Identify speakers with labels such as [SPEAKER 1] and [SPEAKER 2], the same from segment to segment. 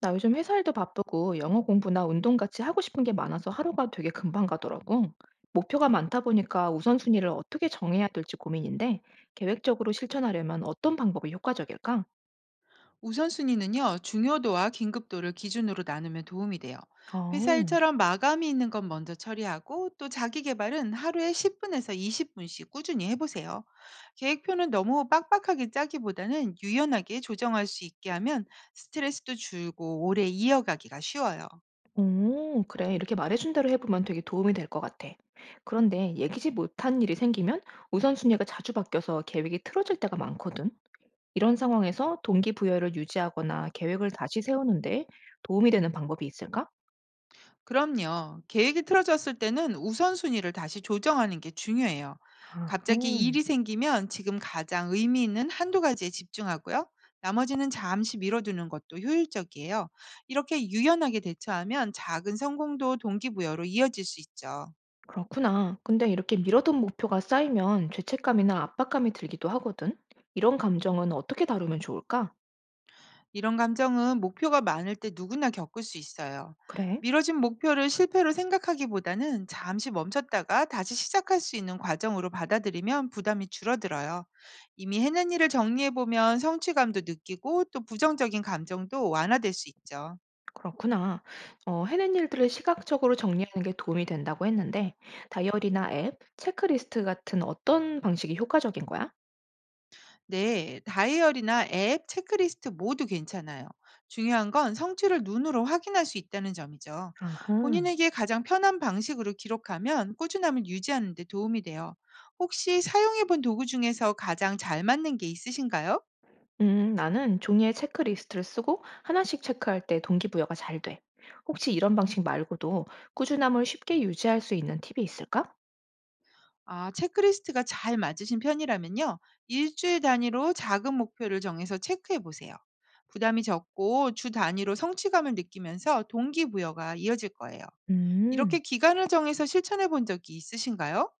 [SPEAKER 1] 나 요즘 회사 일도 바쁘고 영어 공부나 운동 같이 하고 싶은 게 많아서 하루가 되게 금방 가더라고. 목표가 많다 보니까 우선순위를 어떻게 정해야 될지 고민인데 계획적으로 실천하려면 어떤 방법이 효과적일까?
[SPEAKER 2] 우선순위는요, 중요도와 긴급도를 기준으로 나누면 도움이 돼요. 회사
[SPEAKER 1] 어,
[SPEAKER 2] 일처럼 마감이 있는 건 먼저 처리하고 또 자기 개발은 하루에 10분에서 20분씩 꾸준히 해보세요. 계획표는 너무 빡빡하게 짜기보다는 유연하게 조정할 수 있게 하면 스트레스도 줄고 오래 이어가기가 쉬워요.
[SPEAKER 1] 오, 그래. 이렇게 말해준 대로 해보면 되게 도움이 될 것 같아. 그런데 예기치 못한 일이 생기면 우선순위가 자주 바뀌어서 계획이 틀어질 때가 많거든. 이런 상황에서 동기부여를 유지하거나 계획을 다시 세우는데 도움이 되는 방법이 있을까?
[SPEAKER 2] 그럼요. 계획이 틀어졌을 때는 우선순위를 다시 조정하는 게 중요해요.
[SPEAKER 1] 아하.
[SPEAKER 2] 갑자기 일이 생기면 지금 가장 의미 있는 한두 가지에 집중하고요. 나머지는 잠시 미뤄두는 것도 효율적이에요. 이렇게 유연하게 대처하면 작은 성공도 동기부여로 이어질 수 있죠.
[SPEAKER 1] 그렇구나. 근데 이렇게 미뤄둔 목표가 쌓이면 죄책감이나 압박감이 들기도 하거든. 이런 감정은 어떻게 다루면 좋을까?
[SPEAKER 2] 이런 감정은 목표가 많을 때 누구나 겪을 수 있어요.
[SPEAKER 1] 그래,
[SPEAKER 2] 미뤄진 목표를 실패로 생각하기보다는 잠시 멈췄다가 다시 시작할 수 있는 과정으로 받아들이면 부담이 줄어들어요. 이미 해낸 일을 정리해보면 성취감도 느끼고 또 부정적인 감정도 완화될 수 있죠.
[SPEAKER 1] 그렇구나. 어, 해낸 일들을 시각적으로 정리하는 게 도움이 된다고 했는데, 다이어리나 앱, 체크리스트 같은 어떤 방식이 효과적인 거야?
[SPEAKER 2] 네, 다이어리나 앱, 체크리스트 모두 괜찮아요. 중요한 건 성취를 눈으로 확인할 수 있다는 점이죠.
[SPEAKER 1] 아하.
[SPEAKER 2] 본인에게 가장 편한 방식으로 기록하면 꾸준함을 유지하는 데 도움이 돼요. 혹시 사용해 본 도구 중에서 가장 잘 맞는 게 있으신가요?
[SPEAKER 1] 나는 종이에 체크리스트를 쓰고 하나씩 체크할 때 동기부여가 잘 돼. 혹시 이런 방식 말고도 꾸준함을 쉽게 유지할 수 있는 팁이 있을까?
[SPEAKER 2] 아, 체크리스트가 잘 맞으신 편이라면요. 일주일 단위로 작은 목표를 정해서 체크해 보세요. 부담이 적고 주 단위로 성취감을 느끼면서 동기부여가 이어질 거예요. 이렇게
[SPEAKER 1] 음.
[SPEAKER 2] 기간을 정해서 실천해 본 적이 있으신가요?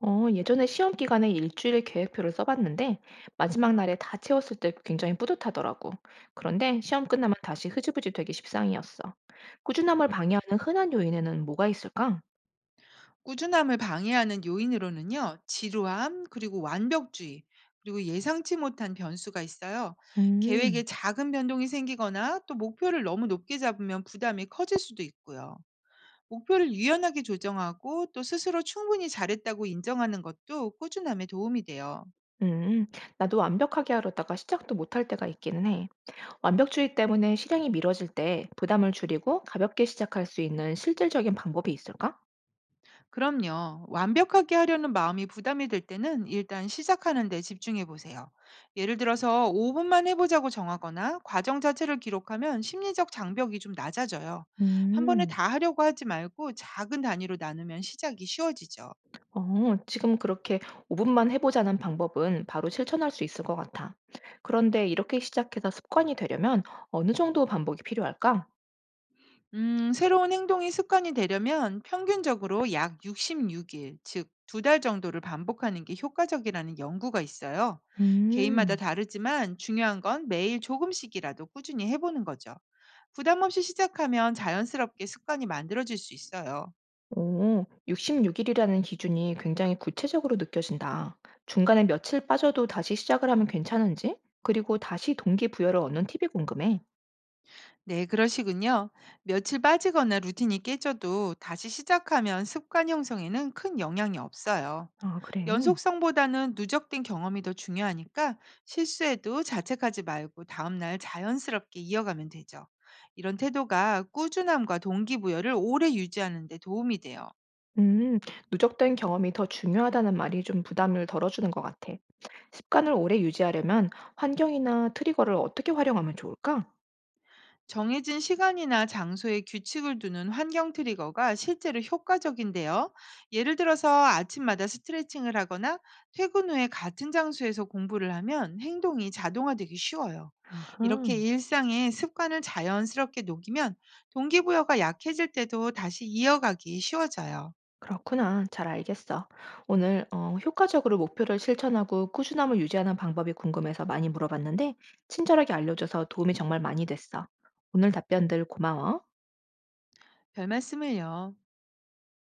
[SPEAKER 1] 어, 예전에 시험 기간에 일주일 계획표를 써봤는데 마지막 날에 다 채웠을 때 굉장히 뿌듯하더라고. 그런데 시험 끝나면 다시 흐지부지 되기 십상이었어. 꾸준함을 방해하는 흔한 요인에는 뭐가 있을까?
[SPEAKER 2] 꾸준함을 방해하는 요인으로는요, 지루함, 그리고 완벽주의, 그리고 예상치 못한 변수가 있어요. 계획에
[SPEAKER 1] 음,
[SPEAKER 2] 작은 변동이 생기거나 또 목표를 너무 높게 잡으면 부담이 커질 수도 있고요. 목표를 유연하게 조정하고 또 스스로 충분히 잘했다고 인정하는 것도 꾸준함에 도움이 돼요.
[SPEAKER 1] 음, 나도 완벽하게 하려다가 시작도 못할 때가 있기는 해. 완벽주의 때문에 실행이 미뤄질 때 부담을 줄이고 가볍게 시작할 수 있는 실질적인 방법이 있을까?
[SPEAKER 2] 그럼요. 완벽하게 하려는 마음이 부담이 될 때는 일단 시작하는 데 집중해 보세요. 예를 들어서 5분만 해보자고 정하거나 과정 자체를 기록하면 심리적 장벽이 좀 낮아져요. 한 번에
[SPEAKER 1] 음.
[SPEAKER 2] 다 하려고 하지 말고 작은 단위로 나누면 시작이 쉬워지죠.
[SPEAKER 1] 어, 지금 그렇게 5분만 해보자는 방법은 바로 실천할 수 있을 것 같아. 그런데 이렇게 시작해서 습관이 되려면 어느 정도 반복이 필요할까?
[SPEAKER 2] 새로운 행동이 습관이 되려면 평균적으로 약 66일, 즉, 두 달 정도를 반복하는 게 효과적이라는 연구가 있어요. 개인마다
[SPEAKER 1] 음,
[SPEAKER 2] 다르지만 중요한 건 매일 조금씩이라도 꾸준히 해보는 거죠. 부담 없이 시작하면 자연스럽게 습관이 만들어질 수 있어요.
[SPEAKER 1] 오, 66일이라는 기준이 굉장히 구체적으로 느껴진다. 중간에 며칠 빠져도 다시 시작을 하면 괜찮은지, 그리고 다시 동기부여를 얻는 팁이 궁금해.
[SPEAKER 2] 네, 그러시군요. 며칠 빠지거나 루틴이 깨져도 다시 시작하면 습관 형성에는 큰 영향이 없어요.
[SPEAKER 1] 아, 그래.
[SPEAKER 2] 연속성보다는 누적된 경험이 더 중요하니까 실수해도 자책하지 말고 다음날 자연스럽게 이어가면 되죠. 이런 태도가 꾸준함과 동기부여를 오래 유지하는 데 도움이 돼요.
[SPEAKER 1] 음, 누적된 경험이 더 중요하다는 말이 좀 부담을 덜어주는 것 같아. 습관을 오래 유지하려면 환경이나 트리거를 어떻게 활용하면 좋을까?
[SPEAKER 2] 정해진 시간이나 장소에 규칙을 두는 환경 트리거가 실제로 효과적인데요. 예를 들어서 아침마다 스트레칭을 하거나 퇴근 후에 같은 장소에서 공부를 하면 행동이 자동화되기 쉬워요. 이렇게
[SPEAKER 1] 아하,
[SPEAKER 2] 일상의 습관을 자연스럽게 녹이면 동기부여가 약해질 때도 다시 이어가기 쉬워져요.
[SPEAKER 1] 그렇구나. 잘 알겠어. 오늘 어, 효과적으로 목표를 실천하고 꾸준함을 유지하는 방법이 궁금해서 많이 물어봤는데, 친절하게 알려줘서 도움이 정말 많이 됐어. 오늘 답변들 고마워.
[SPEAKER 2] 별 말씀을요.